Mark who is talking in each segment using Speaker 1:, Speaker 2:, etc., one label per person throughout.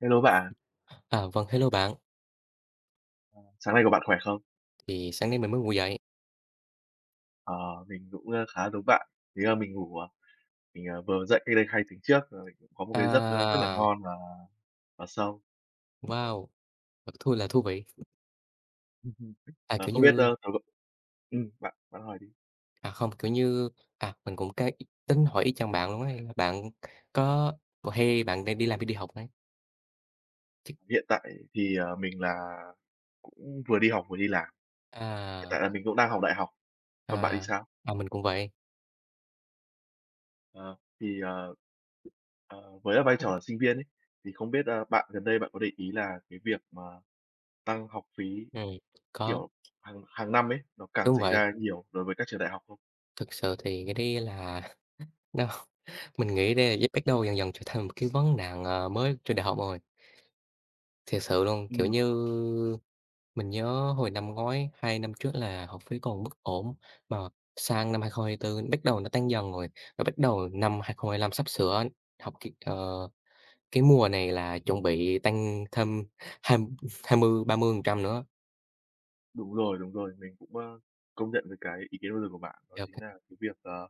Speaker 1: Hello bạn,
Speaker 2: À, vâng, hello bạn.
Speaker 1: sáng nay của bạn khỏe không?
Speaker 2: Thì sáng nay mình mới ngủ dậy.
Speaker 1: Ờ, mình cũng, khá giống bạn. Thế là mình ngủ, mình, vừa dậy cách đây 2 tiếng trước rồi mình cũng có một cái giấc, rất là
Speaker 2: À,
Speaker 1: ngon và sâu.
Speaker 2: wow, thật thui là thú vị. À,
Speaker 1: Ờ,
Speaker 2: kiểu
Speaker 1: không biết,
Speaker 2: như
Speaker 1: ơ, tối b bạn bạn hỏi đi.
Speaker 2: à, không, kiểu như, à, Mình cũng cái tính hỏi ý chang bạn luôn ấy, là bạn có hay bạn đang đi làm hay đi học ấy? Chứ
Speaker 1: Hiện tại thì, mình là cũng vừa đi học vừa đi làm, hiện
Speaker 2: à,
Speaker 1: tại là mình cũng đang học đại học. Còn bạn thì
Speaker 2: à,
Speaker 1: sao?
Speaker 2: à, Mình cũng vậy.
Speaker 1: Ờ, thì, với là vai
Speaker 2: Ừm,
Speaker 1: trò là sinh viên ấy, thì không biết, bạn gần đây bạn có để ý là cái việc mà tăng học phí,
Speaker 2: có,
Speaker 1: kiểu, hàng hàng năm ấy, nó càng
Speaker 2: đúng
Speaker 1: xảy
Speaker 2: vậy.
Speaker 1: ra nhiều đối với các trường đại học không?
Speaker 2: Thực sự thì cái đấy là đâu, mình nghĩ đây là biết đầu dần dần trở thành một cái vấn nạn, mới trên đại học rồi. Thiệt sự luôn, kiểu
Speaker 1: Ừm.
Speaker 2: như. Mình nhớ hồi năm ngoái, 2 năm trước là học phí còn bất ổn, mà sang năm 2024 bắt đầu nó tăng dần rồi, rồi bắt đầu năm 2025 sắp sửa học cái, cái mùa này là chuẩn bị tăng thêm hai hai mươi 30% nữa.
Speaker 1: Đúng rồi, mình cũng, công nhận với cái ý kiến vừa rồi của bạn, đó
Speaker 2: Ô kê,
Speaker 1: chính là cái việc,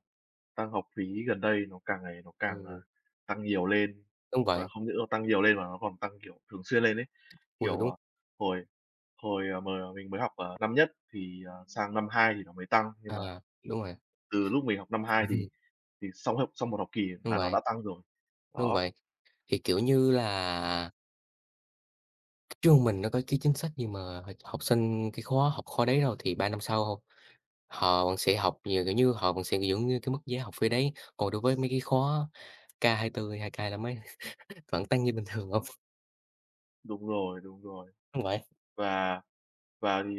Speaker 1: tăng học phí gần đây nó càng ngày nó càng,
Speaker 2: ừm,
Speaker 1: tăng nhiều lên,
Speaker 2: đúng
Speaker 1: và
Speaker 2: vậy,
Speaker 1: không những nó tăng nhiều lên mà nó còn tăng, kiểu, thường xuyên lên ấy.
Speaker 2: ừ,
Speaker 1: Kiểu,
Speaker 2: đúng,
Speaker 1: hồi hồi, ờ, mà mình mới học, năm nhất thì, sang năm 2 thì nó mới tăng, nhưng mà
Speaker 2: à, đúng rồi,
Speaker 1: từ lúc mình học năm
Speaker 2: ừ,
Speaker 1: hai thì thì sau một học kỳ
Speaker 2: đúng
Speaker 1: là nó
Speaker 2: vậy,
Speaker 1: đã tăng rồi.
Speaker 2: đúng
Speaker 1: Đó,
Speaker 2: vậy. Thì, kiểu như là, trường mình nó có cái chính sách gì mà học sinh cái khóa học khóa đấy đâu, thì 3 năm sau họ vẫn sẽ học nhiều, kiểu như, họ vẫn sẽ giữ nguyên cái mức giá học phí đấy, còn đối với mấy cái khóa k hai tư hay 2K mấy vẫn tăng như bình thường không.
Speaker 1: đúng rồi, đúng rồi.
Speaker 2: Đúng vậy,
Speaker 1: Và và thì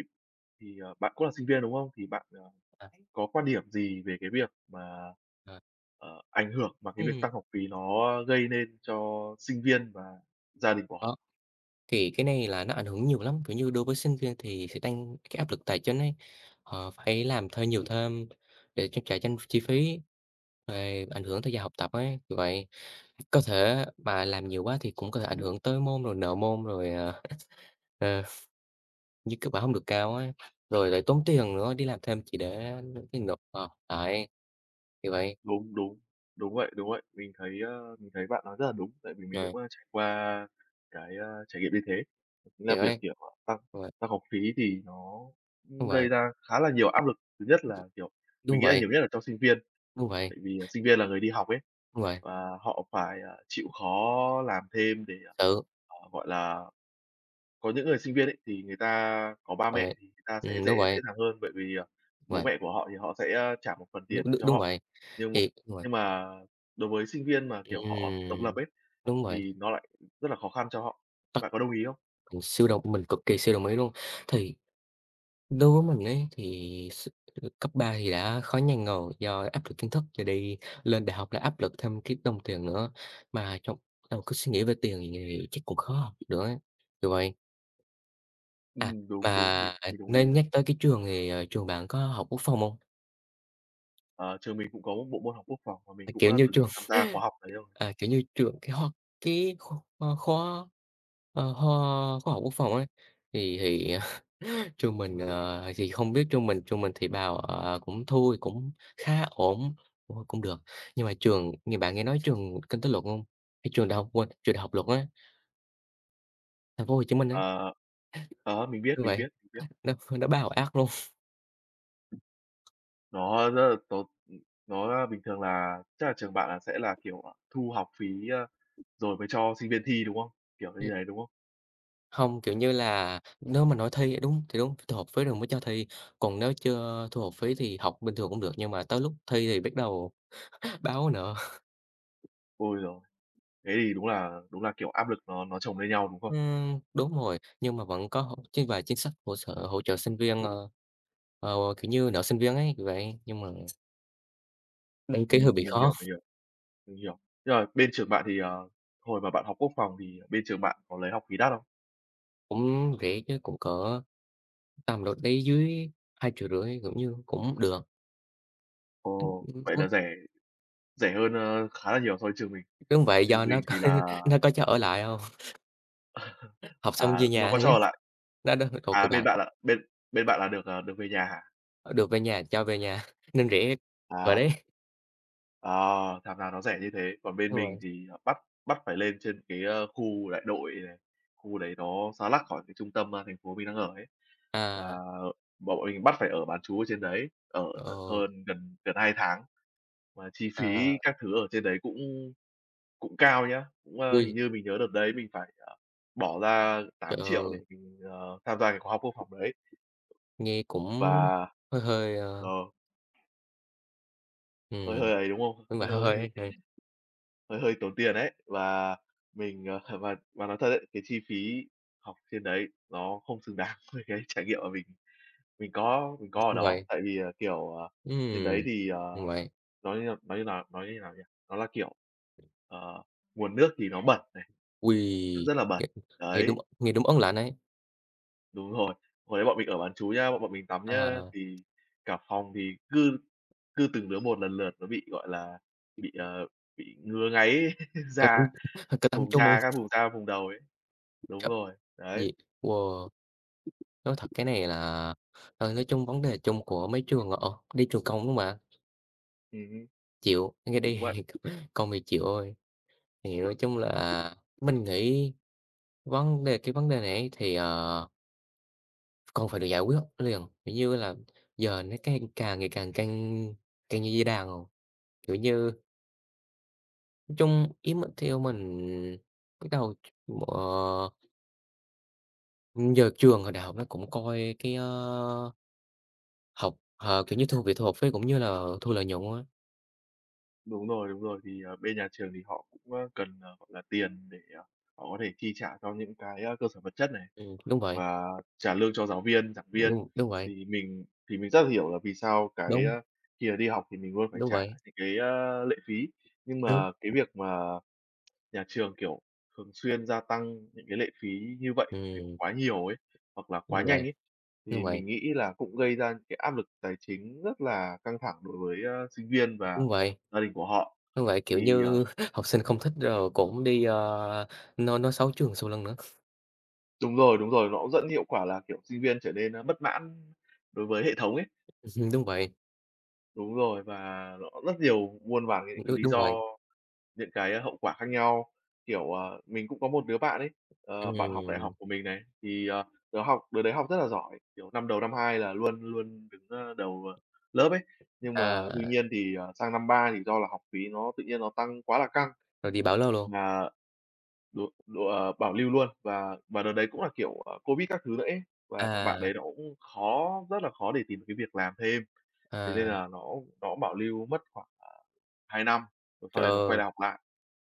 Speaker 1: thì, bạn cũng là sinh viên, đúng không? Thì bạn,
Speaker 2: à,
Speaker 1: có quan điểm gì về cái việc mà,
Speaker 2: à,
Speaker 1: ảnh hưởng mà cái việc
Speaker 2: ừm,
Speaker 1: tăng học phí nó gây nên cho sinh viên và gia đình của
Speaker 2: đó,
Speaker 1: họ?
Speaker 2: thì cái này là nó ảnh hưởng nhiều lắm, kiểu như, đối với sinh viên thì sẽ tăng cái áp lực tài chính ấy, họ phải làm thêm nhiều thêm để trang trả chanh chi phí, rồi ảnh hưởng tới giờ học tập ấy, kiểu vậy. Có thể mà làm nhiều quá thì cũng có thể ảnh hưởng tới môn rồi nợ môn rồi, ờ như cứ bảo không được cao á, rồi lại tốn tiền nữa, đi làm thêm chỉ để cái nộp đấy, thì vậy.
Speaker 1: Đúng, đúng, đúng vậy, đúng vậy. Mình thấy bạn nói rất là đúng, tại vì mình
Speaker 2: Rồi,
Speaker 1: cũng, trải qua cái, trải nghiệm như thế. Chính
Speaker 2: thì
Speaker 1: là việc,
Speaker 2: đấy,
Speaker 1: kiểu, tăng
Speaker 2: đúng vậy,
Speaker 1: tăng học phí thì nó,
Speaker 2: đúng vậy,
Speaker 1: gây ra khá là nhiều áp lực. Thứ nhất là, kiểu, mình
Speaker 2: đúng
Speaker 1: nghĩ là
Speaker 2: vậy,
Speaker 1: nhiều nhất là cho sinh viên,
Speaker 2: đúng vậy,
Speaker 1: tại vì, sinh viên là người đi học ấy,
Speaker 2: đúng vậy,
Speaker 1: và họ phải, chịu khó làm thêm để,
Speaker 2: sự,
Speaker 1: gọi là có những người sinh viên ấy, thì người ta có ba mẹ
Speaker 2: rồi,
Speaker 1: thì người ta sẽ dễ
Speaker 2: đúng
Speaker 1: dễ
Speaker 2: vậy,
Speaker 1: dàng hơn, bởi vì,
Speaker 2: đúng
Speaker 1: bố
Speaker 2: vậy,
Speaker 1: mẹ của họ thì họ sẽ, trả một phần
Speaker 2: đúng
Speaker 1: tiền
Speaker 2: đúng
Speaker 1: cho
Speaker 2: đúng
Speaker 1: họ.
Speaker 2: vậy,
Speaker 1: Nhưng m
Speaker 2: thì
Speaker 1: nhưng mà đối với sinh viên mà, kiểu, họ độc lập
Speaker 2: ừm,
Speaker 1: ấy,
Speaker 2: đúng vậy,
Speaker 1: thì nó lại rất là khó khăn cho họ.
Speaker 2: tắc,
Speaker 1: Bạn có đồng ý không?
Speaker 2: mình cực kỳ siêu đồng ý luôn. Thì đối với mình ấy thì s cấp 3 thì đã khó nhằn rồi, do áp lực kiến thức, rồi đi lên đại học là áp lực thêm kiếm đồng tiền nữa, mà trong đầu cứ suy nghĩ về tiền thì chắc cũng khó học được ấy, kiểu vậy. À, mà,
Speaker 1: Đúng, đúng, mình
Speaker 2: à,
Speaker 1: mình đồng ý
Speaker 2: nên
Speaker 1: đấy.
Speaker 2: nhắc tới cái trường thì, trường bạn có học quốc phòng không?
Speaker 1: Ờ, trường mình cũng có một bộ môn học quốc phòng và mình cũng,
Speaker 2: Kiểu như
Speaker 1: từng
Speaker 2: trường
Speaker 1: tham gia khóa học đấy rồi.
Speaker 2: à, kiểu như, trưởng cái Hoa cái kho kho kho, kho khoa học quốc phòng ấy, thì trường mình, thì không biết trường mình thì bảo, cũng thôi, cũng khá ổn, ôi, cũng được. Nhưng mà trường nghe bạn nghe nói trường Kinh tế Luật không? Cái trường đại học quên, trường Đại học Luật á, Thành phố Hồ Chí Minh ấy,
Speaker 1: Ờ, mình biết,
Speaker 2: như
Speaker 1: mình
Speaker 2: vậy
Speaker 1: biết, mình biết.
Speaker 2: nó bảo ác luôn.
Speaker 1: Nó rất là tốn. Nó bình thường là chắc là trường bạn là sẽ là, kiểu, thu học phí, a, rồi mới cho sinh viên thi, đúng không? Kiểu
Speaker 2: Ừm,
Speaker 1: như thế, đúng không?
Speaker 2: hông, kiểu như là, nếu mà nói thi đúng thì đúng, thu học phí rồi mới cho thi, còn nếu chưa thu học phí thì học bình thường cũng được, nhưng mà tới lúc thi thì bắt đầu báo nữa,
Speaker 1: Ôi giời! Thế thì đúng là, kiểu, áp lực nó chồng lên nhau, đúng không?
Speaker 2: đúng rồi, nhưng mà vẫn có hỗ cái vài chính sách hỗ trợ sinh viên, kiểu như, nợ sinh viên ấy, kiểu vậy. Nhưng mà ừm, đăng ký hơi bị
Speaker 1: Mình
Speaker 2: khó,
Speaker 1: hiểu, mình hiểu, mình hiểu. Nhưng mà bên trường bạn thì, hồi mà bạn học quốc phòng thì bên trường bạn có lấy học phí đắt không?
Speaker 2: cũng rẻ chứ cũng cỡ tầm đâu đấy dưới 2,5 triệu cũng cũng được.
Speaker 1: Ồ,
Speaker 2: Ừm,
Speaker 1: vậy là rẻ rẻ hơn, khá là nhiều so với trường mình.
Speaker 2: đúng vậy,
Speaker 1: Trường
Speaker 2: do nó
Speaker 1: mình
Speaker 2: có
Speaker 1: thì là,
Speaker 2: nó có cho ở lại không? Học xong về
Speaker 1: nó
Speaker 2: nhà
Speaker 1: có
Speaker 2: hay á,
Speaker 1: cho ở lại.
Speaker 2: nó đó thuộc của
Speaker 1: À,
Speaker 2: bạn,
Speaker 1: bên bạn là được, được về nhà hả?
Speaker 2: ờ, được về nhà, cho về nhà nên rẻ rồi đấy.
Speaker 1: À. Ờ, thảm nào nó rẻ như thế, còn bên
Speaker 2: Đúng
Speaker 1: mình
Speaker 2: rồi,
Speaker 1: thì, bắt bắt phải lên trên cái, khu đại đội này, khu đấy nó xa lắc khỏi cái trung tâm, thành phố mình đang ở ấy.
Speaker 2: à,
Speaker 1: Và bọn mình bắt phải ở bán trú ở trên đấy, ở
Speaker 2: ờ,
Speaker 1: hơn gần gần 2 tháng, mà chi
Speaker 2: à,
Speaker 1: phí các thứ ở trên đấy cũng cũng cao nhá. Cũng, hình
Speaker 2: ui,
Speaker 1: như mình nhớ đợt đấy mình phải, bỏ ra
Speaker 2: trời
Speaker 1: 8 triệu để
Speaker 2: ơi,
Speaker 1: mình, tham gia cái khóa học quốc phòng đấy.
Speaker 2: nghe cũng
Speaker 1: Và
Speaker 2: hơi hơi, ờ,
Speaker 1: rồi hơi
Speaker 2: ừm.
Speaker 1: hơi ấy, đúng không?
Speaker 2: Đúng rồi,
Speaker 1: Hơi
Speaker 2: hơi hơi ấy,
Speaker 1: hơi
Speaker 2: hơi
Speaker 1: Hơi hơi tốn tiền đấy và mình, và nói thật đấy cái chi phí học trên đấy nó không xứng đáng với cái trải nghiệm mà mình có ở
Speaker 2: đúng
Speaker 1: đó.
Speaker 2: rồi.
Speaker 1: Tại vì, kiểu, trên
Speaker 2: Ừm,
Speaker 1: đấy thì,
Speaker 2: đúng vậy.
Speaker 1: nói như nào nhỉ? Nó là, kiểu, ờ, nguồn nước thì nó bẩn này, nó
Speaker 2: Ôi!
Speaker 1: rất là bẩn,
Speaker 2: Nghe
Speaker 1: đấy.
Speaker 2: nghe đúng ấn lạnh ấy.
Speaker 1: Đúng rồi. Hồi đấy bọn mình ở bán trú nhá, bọn bọn mình tắm nhá,
Speaker 2: À,
Speaker 1: thì cả phòng thì cứ cứ từng đứa một lần lượt nó bị, gọi là, bị, ờ, bị ngứa ngáy
Speaker 2: cái tấm
Speaker 1: da,
Speaker 2: cái tấm
Speaker 1: vùng
Speaker 2: chống ung
Speaker 1: da các vùng da vùng đầu ấy. Đúng
Speaker 2: trời,
Speaker 1: rồi, đấy.
Speaker 2: gì wow, nói thật cái này là, nói chung vấn đề chung của mấy trường đi trường công đúng không bạn?
Speaker 1: Hưm,
Speaker 2: Chịu, nghe đi
Speaker 1: đúng vậy.
Speaker 2: công thì chịu thôi. Thì nói chung là mình nghĩ vấn đề cái vấn đề này ấy thì, còn phải được giải quyết liền, kiểu như là, giờ nó càng càng ngày càng căng căng như dây đàn rồi, kiểu như. Nói chung ý mình theo mình bắt đầu ờ, giờ trường hồi đại học nó cũng coi cái, học kiểu như, việc thu học phí cũng như là thu lợi nhuận á.
Speaker 1: Đúng rồi, đúng rồi. Thì, bên nhà trường thì họ cũng, cần, gọi là, tiền để, họ có thể chi trả cho những cái, cơ sở vật chất này,
Speaker 2: Đúng vậy,
Speaker 1: và trả lương cho giáo viên, giảng viên.
Speaker 2: đúng đúng vậy,
Speaker 1: Thì mình rất là hiểu là vì sao cái,
Speaker 2: đúng,
Speaker 1: khi mà đi học thì mình luôn phải
Speaker 2: đúng
Speaker 1: trả
Speaker 2: vậy.
Speaker 1: những cái, lệ phí, nhưng
Speaker 2: Đúng.
Speaker 1: mà cái việc mà nhà trường, kiểu, thường xuyên gia tăng những cái lệ phí như vậy, kiểu,
Speaker 2: Ừm,
Speaker 1: quá nhiều ấy, hoặc là quá
Speaker 2: đúng
Speaker 1: nhanh
Speaker 2: vậy,
Speaker 1: ấy,
Speaker 2: đúng
Speaker 1: thì
Speaker 2: vậy,
Speaker 1: mình nghĩ là cũng gây ra những cái áp lực tài chính rất là căng thẳng đối với, sinh viên và
Speaker 2: đúng vậy,
Speaker 1: gia đình của họ.
Speaker 2: đúng vậy, kiểu
Speaker 1: Thì,
Speaker 2: như, học sinh không thích rồi cũng đi, nói xấu trường sau lưng nữa.
Speaker 1: đúng rồi, nó cũng dẫn hiệu quả là, kiểu, sinh viên trở nên, bất mãn đối với hệ thống ấy.
Speaker 2: Đúng vậy,
Speaker 1: Đúng rồi, và nó rất nhiều muôn vàn những cái
Speaker 2: đúng
Speaker 1: lý
Speaker 2: đúng
Speaker 1: do,
Speaker 2: vậy,
Speaker 1: những cái hậu quả khác nhau, kiểu, mình cũng có một đứa bạn ấy, bạn học đại
Speaker 2: ừm,
Speaker 1: học của mình này, thì, nó học đứa đấy học rất là giỏi, kiểu, năm đầu năm 2 là luôn luôn đứng, đầu, lớp ấy. Nhưng mà
Speaker 2: à,
Speaker 1: tuy nhiên thì, sang năm 3 thì do là học phí nó tự nhiên nó tăng quá là căng,
Speaker 2: rồi đi bảo lưu luôn.
Speaker 1: mà đ đ ờ, bảo lưu luôn. Và đợt đấy cũng là, kiểu, Covid các thứ nữa ấy, và thằng bạn
Speaker 2: À,
Speaker 1: đấy nó cũng rất là khó để tìm được cái việc làm thêm. Thế
Speaker 2: à,
Speaker 1: nên là nó bảo lưu mất khoảng, 2 năm, rồi sau
Speaker 2: trời
Speaker 1: đấy nó
Speaker 2: ơi,
Speaker 1: quay lại học lại.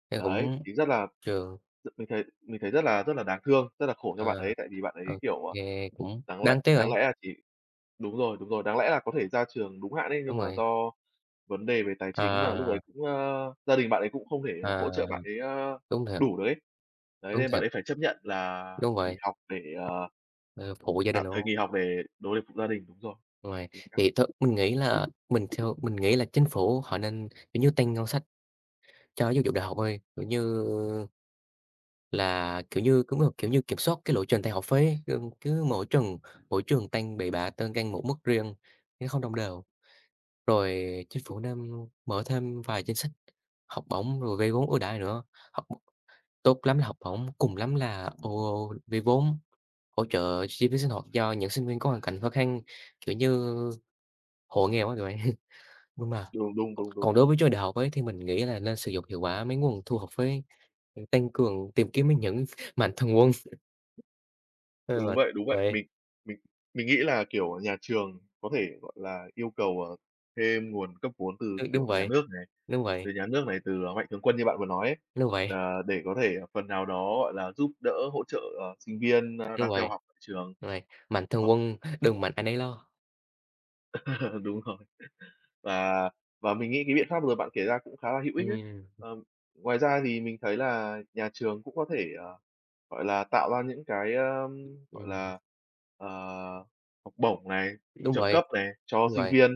Speaker 2: em
Speaker 1: Đấy,
Speaker 2: cũng
Speaker 1: thì rất là
Speaker 2: trường,
Speaker 1: d mình thấy rất là đáng thương, rất là khổ cho
Speaker 2: à.
Speaker 1: bạn ấy, tại vì bạn ấy,
Speaker 2: Ô
Speaker 1: kiểu,
Speaker 2: cũng
Speaker 1: đáng lẽ
Speaker 2: đáng tiếc rồi,
Speaker 1: đáng lẽ là chỉ đúng rồi, đáng lẽ là có thể ra trường đúng hạn ấy, nhưng
Speaker 2: đúng
Speaker 1: mà
Speaker 2: rồi.
Speaker 1: do vấn đề về tài chính là lúc
Speaker 2: À,
Speaker 1: ấy cũng, gia đình bạn ấy cũng không thể hỗ trợ bạn
Speaker 2: à,
Speaker 1: ấy,
Speaker 2: đúng thiệt,
Speaker 1: đủ được ấy. Đấy,
Speaker 2: đúng
Speaker 1: nên bạn
Speaker 2: thiệt,
Speaker 1: ấy phải chấp nhận là
Speaker 2: đúng
Speaker 1: nghỉ
Speaker 2: vậy,
Speaker 1: học để, ờ
Speaker 2: ờ, phụ gia đình
Speaker 1: tạm thời
Speaker 2: luôn.
Speaker 1: nghỉ học để phụ gia đình, đúng rồi. Đấy,
Speaker 2: Rồi,
Speaker 1: chính xác.
Speaker 2: thì thôi mình theo mình nghĩ là chính phủ họ nên, kiểu như, tăng ngân sách cho giáo dục đại học ơi, kiểu như là, kiểu như, cũng được, kiểu như, kiểm soát cái lộ trình tăng học phí ấy, cứ cứ mỗi trường tăng bậy bạ, tăng tăng một mức riêng, nó không đồng đều. Rồi chính phủ nên mở thêm vài chính sách học bổng rồi vay vốn ưu đãi nữa, học tốt lắm là học bổng, cùng lắm là ô ô vay vốn, hỗ trợ chi phí sinh hoạt cho những sinh viên có hoàn cảnh khó khăn, kiểu như, hộ nghèo á các bạn. Nhưng mà
Speaker 1: Đúng, đúng, đúng, đúng.
Speaker 2: còn đối với trường đại học ấy, thì mình nghĩ là nên sử dụng hiệu quả mấy nguồn thu học phí, tăng cường tìm kiếm mấy những mạnh thường quân. Ờ,
Speaker 1: Đúng
Speaker 2: vậy
Speaker 1: vậy, đúng vậy.
Speaker 2: vậy,
Speaker 1: Mình mình nghĩ là, kiểu, nhà trường có thể, gọi là, yêu cầu, thêm nguồn cấp vốn từ,
Speaker 2: đúng đúng
Speaker 1: kiểu, nhà
Speaker 2: vậy,
Speaker 1: nước này,
Speaker 2: đúng vậy,
Speaker 1: từ, mạnh thường quân như bạn vừa nói ấy,
Speaker 2: đúng vậy,
Speaker 1: để có thể phần nào đó, gọi là, giúp đỡ, hỗ trợ, sinh viên,
Speaker 2: đúng
Speaker 1: đang theo
Speaker 2: vậy,
Speaker 1: học tại trường.
Speaker 2: đúng vậy, mạnh thường
Speaker 1: Hoặc
Speaker 2: quân đừng mạnh ai nấy lo.
Speaker 1: đúng rồi. Và và mình nghĩ cái biện pháp vừa rồi bạn kể ra cũng khá là hữu ích đấy.
Speaker 2: Ừm,
Speaker 1: Ờm, ngoài ra thì mình thấy là nhà trường cũng có thể, gọi là, tạo ra những cái, gọi
Speaker 2: ừm,
Speaker 1: là, ờ, học bổng này,
Speaker 2: đúng
Speaker 1: trợ
Speaker 2: vậy,
Speaker 1: cấp này cho
Speaker 2: đúng
Speaker 1: sinh
Speaker 2: vậy,
Speaker 1: viên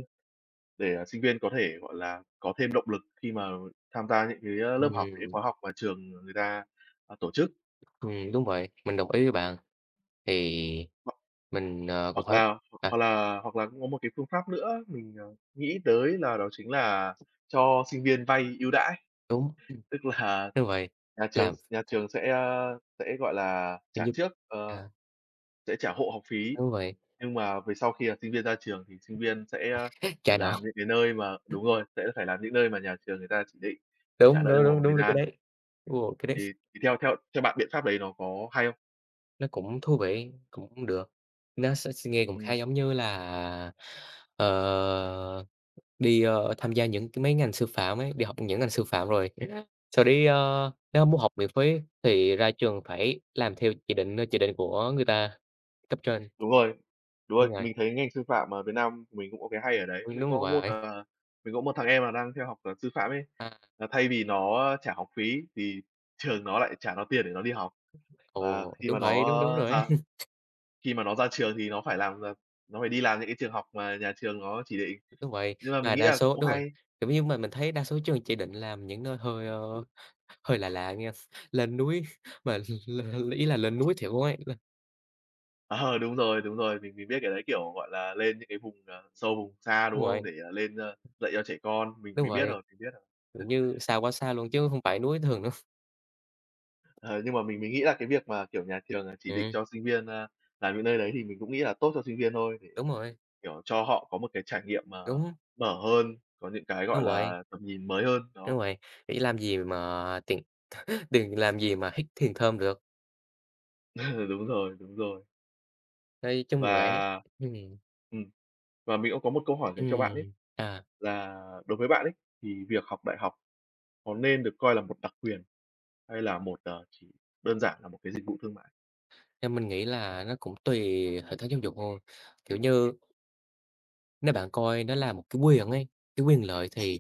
Speaker 1: để, sinh viên có thể, gọi là, có thêm động lực khi mà tham gia những cái, lớp học, những
Speaker 2: ừm,
Speaker 1: khóa học mà trường người ta, tổ chức.
Speaker 2: đúng vậy, mình đồng ý với bạn. Thì
Speaker 1: Hoặc
Speaker 2: mình, cũng
Speaker 1: hoặc
Speaker 2: phải
Speaker 1: là
Speaker 2: à,
Speaker 1: hoặc là hoặc là cũng có một cái phương pháp nữa mình, nghĩ tới là đó chính là cho sinh viên vay ưu đãi.
Speaker 2: đúng,
Speaker 1: Tức là
Speaker 2: đúng vậy,
Speaker 1: nhà trường
Speaker 2: làm
Speaker 1: nhà trường sẽ, gọi là,
Speaker 2: phải
Speaker 1: trả
Speaker 2: giúp
Speaker 1: trước,
Speaker 2: à,
Speaker 1: sẽ trả hộ học phí,
Speaker 2: đúng vậy,
Speaker 1: nhưng mà về sau khi, sinh viên ra trường thì sinh viên sẽ, phải
Speaker 2: trả nợ,
Speaker 1: làm những cái nơi mà đúng rồi, sẽ phải làm những nơi mà nhà trường người ta chỉ định để trả
Speaker 2: đúng,
Speaker 1: nợ
Speaker 2: đúng,
Speaker 1: trong vòng
Speaker 2: đúng,
Speaker 1: một thời
Speaker 2: đúng cái
Speaker 1: gian.
Speaker 2: đấy. Ồ, cái đấy
Speaker 1: Thì theo theo theo bạn biện pháp đấy nó có hay không?
Speaker 2: nó cũng thú vị, cũng được, nó sẽ s nghe cũng khá
Speaker 1: Ừm.
Speaker 2: giống như là, ờ, đi, tham gia những cái mấy ngành sư phạm ấy, đi học những ngành sư phạm rồi sau đấy, nếu muốn học miễn phí thì ra trường phải làm theo chỉ định, chỉ định của người ta, cấp trên.
Speaker 1: Đúng rồi, đúng rồi,
Speaker 2: Đúng rồi,
Speaker 1: mình thấy ngành sư phạm ở Việt Nam mình cũng có cái hay ở đấy.
Speaker 2: đúng
Speaker 1: Mình
Speaker 2: đúng
Speaker 1: có một,
Speaker 2: vậy.
Speaker 1: mình có một thằng em là đang theo học, sư phạm ấy,
Speaker 2: À.
Speaker 1: là thay vì nó trả học phí thì trường nó lại trả nó tiền để nó đi học. Và
Speaker 2: Ồ, đúng vậy, đúng, đúng rồi ấy,
Speaker 1: khi mà nó ra trường thì nó phải làm, nó phải đi làm những cái trường học mà nhà trường nó chỉ định.
Speaker 2: đúng vậy.
Speaker 1: Nhưng mà
Speaker 2: Mà
Speaker 1: mình nghĩ
Speaker 2: đa
Speaker 1: là
Speaker 2: số
Speaker 1: cũng
Speaker 2: đúng rồi,
Speaker 1: hay.
Speaker 2: kiểu như, mà mình thấy đa số trường chỉ định làm những nơi hơi, hơi là lạ lạ nghe, lên núi mà l ý là lên núi thiệt luôn ấy, lên
Speaker 1: Ờ, đúng rồi, mình biết cái đấy, kiểu, gọi là, lên những cái vùng, sâu vùng xa,
Speaker 2: đúng
Speaker 1: đúng không?
Speaker 2: rồi,
Speaker 1: Để, lên, dạy cho trẻ con, mình
Speaker 2: đúng
Speaker 1: mình biết
Speaker 2: rồi,
Speaker 1: rồi, mình biết.
Speaker 2: kiểu như, xa quá xa luôn chứ không phải núi thường đâu.
Speaker 1: Ờ, nhưng mà mình nghĩ là cái việc mà, kiểu, nhà trường, chỉ định
Speaker 2: Ừm,
Speaker 1: cho sinh viên, làm những nơi đấy thì mình cũng nghĩ là tốt cho sinh viên thôi, để,
Speaker 2: đúng rồi,
Speaker 1: kiểu, cho họ có một cái trải nghiệm,
Speaker 2: đúng,
Speaker 1: mở hơn, có những cái, gọi
Speaker 2: đúng vậy,
Speaker 1: là, tầm nhìn mới hơn,
Speaker 2: đúng
Speaker 1: đó.
Speaker 2: vậy, nghĩ làm gì mà tiền tiền làm gì mà hít thiền thơm được,
Speaker 1: Đúng rồi, đúng rồi.
Speaker 2: nói chung là ấy
Speaker 1: Và
Speaker 2: ừm,
Speaker 1: ừm, và mình cũng có một câu hỏi dành cho bạn ấy,
Speaker 2: ừm, à,
Speaker 1: là đối với bạn ấy, thì việc học đại học có nên được coi là một đặc quyền hay là một, chỉ đơn giản là một cái dịch vụ thương mại?
Speaker 2: theo mình nghĩ là nó cũng tùy hệ thống giáo dục thôi, kiểu như. Nếu bạn coi nó là một cái quyền ấy, cái quyền lợi thì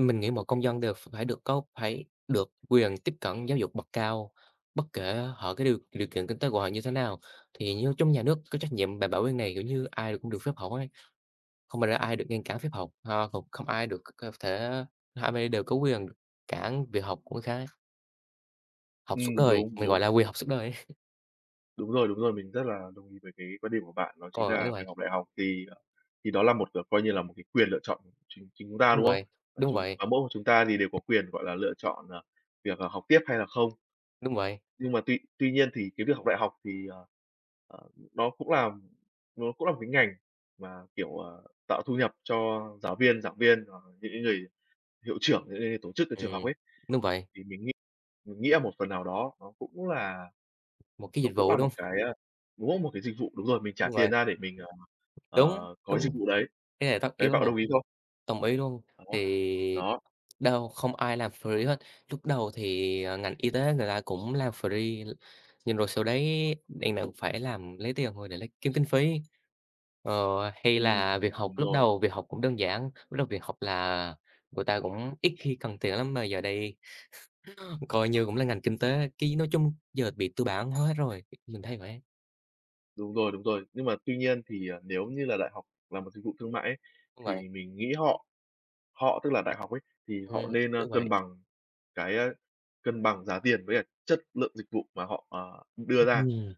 Speaker 2: mình nghĩ mọi công dân đều phải được có phải được quyền tiếp cận giáo dục bậc cao, bất kể họ cái điều điều kiện kinh tế của họ như thế nào. Thì như trong nhà nước có trách nhiệm đảm bảo quyền này, kiểu như, ai cũng được phép học ấy, không phải là ai được ngăn cản phép học, ha, không không ai được có thể ai đều có quyền cản việc học của người khác,
Speaker 1: Ừ,
Speaker 2: học suốt đời,
Speaker 1: đúng,
Speaker 2: mình gọi
Speaker 1: đúng.
Speaker 2: là quyền học suốt đời ấy.
Speaker 1: Đúng rồi, mình rất là đồng ý với cái quan điểm của bạn, đó chính
Speaker 2: Còn ở nước
Speaker 1: là
Speaker 2: ngoài
Speaker 1: việc học đại học thì, thì đó là một, coi như là một cái quyền lựa chọn của chính chính chúng ta,
Speaker 2: đúng
Speaker 1: đúng không?
Speaker 2: vậy,
Speaker 1: Và
Speaker 2: đúng
Speaker 1: chúng
Speaker 2: vậy,
Speaker 1: và mỗi một chúng ta thì đều có quyền, gọi là, lựa chọn, việc, học tiếp hay là không.
Speaker 2: đúng vậy,
Speaker 1: Nhưng mà tuy tuy nhiên thì cái việc học đại học thì, ờ, nó cũng là nó cũng là một cái ngành mà, kiểu, tạo thu nhập cho giáo viên, giảng viên, hoặc những cái người hiệu trưởng, những người tổ chức cái trường học
Speaker 2: ừm,
Speaker 1: ấy,
Speaker 2: đúng vậy,
Speaker 1: thì mình nghĩ là một phần nào đó nó cũng là
Speaker 2: một cái
Speaker 1: nó
Speaker 2: dịch
Speaker 1: cũng
Speaker 2: vụ,
Speaker 1: là
Speaker 2: đúng
Speaker 1: một
Speaker 2: hông?
Speaker 1: cái, đúng không? Một cái dịch vụ, đúng rồi, mình trả
Speaker 2: Đúng vậy,
Speaker 1: tiền ra để mình,
Speaker 2: đúng,
Speaker 1: có cái dịch
Speaker 2: đúng,
Speaker 1: vụ đấy.
Speaker 2: cái này tất
Speaker 1: Đấy,
Speaker 2: yếu
Speaker 1: bạn có
Speaker 2: rồi.
Speaker 1: đồng ý không?
Speaker 2: Đồng ý luôn.
Speaker 1: Đó,
Speaker 2: Thì
Speaker 1: đó,
Speaker 2: đâu không ai làm free hết. Lúc đầu thì, ngành y tế người ta cũng làm free, nhưng rồi sau đấy đằng nào cũng phải làm lấy tiền thôi để kiếm kinh phí. Ờ, hay
Speaker 1: ừm,
Speaker 2: là việc học,
Speaker 1: đúng
Speaker 2: lúc
Speaker 1: rồi,
Speaker 2: đầu việc học cũng đơn giản, lúc đầu việc học là người ta cũng ít khi cần tiền lắm, mà giờ đây coi như cũng là ngành kinh tế, cái nói chung giờ bị tư bản hóa hết rồi, mình thấy vậy.
Speaker 1: đúng rồi, đúng rồi. Nhưng mà tuy nhiên thì, nếu như là đại học là một dịch vụ thương mại ấy,
Speaker 2: Đúng vậy,
Speaker 1: thì mình nghĩ họ họ tức là đại học ấy, thì họ nên,
Speaker 2: đúng vậy,
Speaker 1: cân bằng cái, cân bằng giá tiền với cả chất lượng dịch vụ mà họ, đưa ra.
Speaker 2: ừm,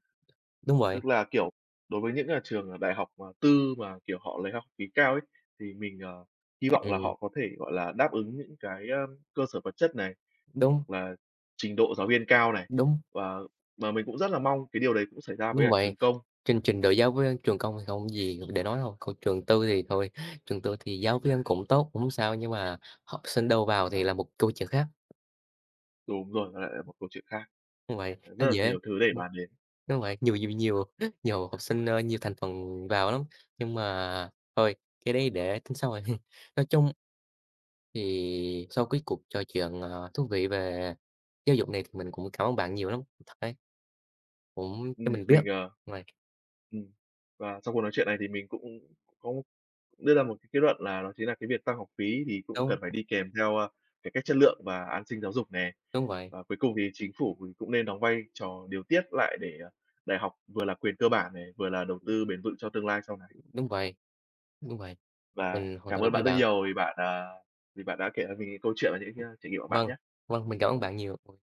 Speaker 2: đúng vậy,
Speaker 1: Tức là, kiểu, đối với những, trường, đại học mà tư mà, kiểu, họ lấy học phí cao ấy, thì mình, hy vọng là
Speaker 2: ừm,
Speaker 1: họ có thể, gọi là, đáp ứng những cái, cơ sở vật chất này,
Speaker 2: đúng,
Speaker 1: hoặc là trình độ giáo viên cao này.
Speaker 2: đúng,
Speaker 1: Và mà mình cũng rất là mong cái điều đấy cũng xảy ra với
Speaker 2: đúng
Speaker 1: cả
Speaker 2: vậy.
Speaker 1: trường công.
Speaker 2: Trình trình đổi giáo viên trường công thì không gì để nói đâu, còn trường tư thì thôi, trường tư thì giáo viên cũng tốt, cũng hông sao, nhưng mà học sinh đâu vào thì là một câu chuyện khác,
Speaker 1: Đúng rồi, nó lại là một câu chuyện khác,
Speaker 2: đúng vậy, nó
Speaker 1: rất là
Speaker 2: dễ
Speaker 1: nhiều thứ để
Speaker 2: ừm,
Speaker 1: bàn đến.
Speaker 2: đúng vậy, nhiều nhiều nhiều nhiều học sinh, nhiều thành phần vào lắm, nhưng mà thôi, cái đấy để tính sau rồi. Nói chung thì sau cái cuộc trò chuyện, thú vị về giáo dục này thì mình cũng cảm ơn bạn nhiều lắm, thật đấy, cũng cho mình biết,
Speaker 1: Mình,
Speaker 2: đúng vậy,
Speaker 1: ừm, và sau cuộc nói chuyện này thì mình cũng có đưa ra một cái kết luận là đó chính là cái việc tăng học phí thì cũng
Speaker 2: đúng,
Speaker 1: cần phải đi kèm theo, cải cách chất lượng và an sinh giáo dục nè.
Speaker 2: đúng vậy,
Speaker 1: Và cuối cùng thì chính phủ thì cũng nên đóng vai trò điều tiết lại để, đại học vừa là quyền cơ bản này, vừa là đầu tư bền vững cho tương lai sau này.
Speaker 2: đúng vậy, đúng vậy,
Speaker 1: Và
Speaker 2: mình hoàn toàn
Speaker 1: cảm ơn
Speaker 2: đồng ý
Speaker 1: bạn rất
Speaker 2: bạn.
Speaker 1: nhiều vì bạn, vì bạn đã kể cho mình cái câu chuyện và những cái trải nghiệm của bạn
Speaker 2: Vâng,
Speaker 1: nhé.
Speaker 2: vâng, mình cảm ơn bạn nhiều. Ừ,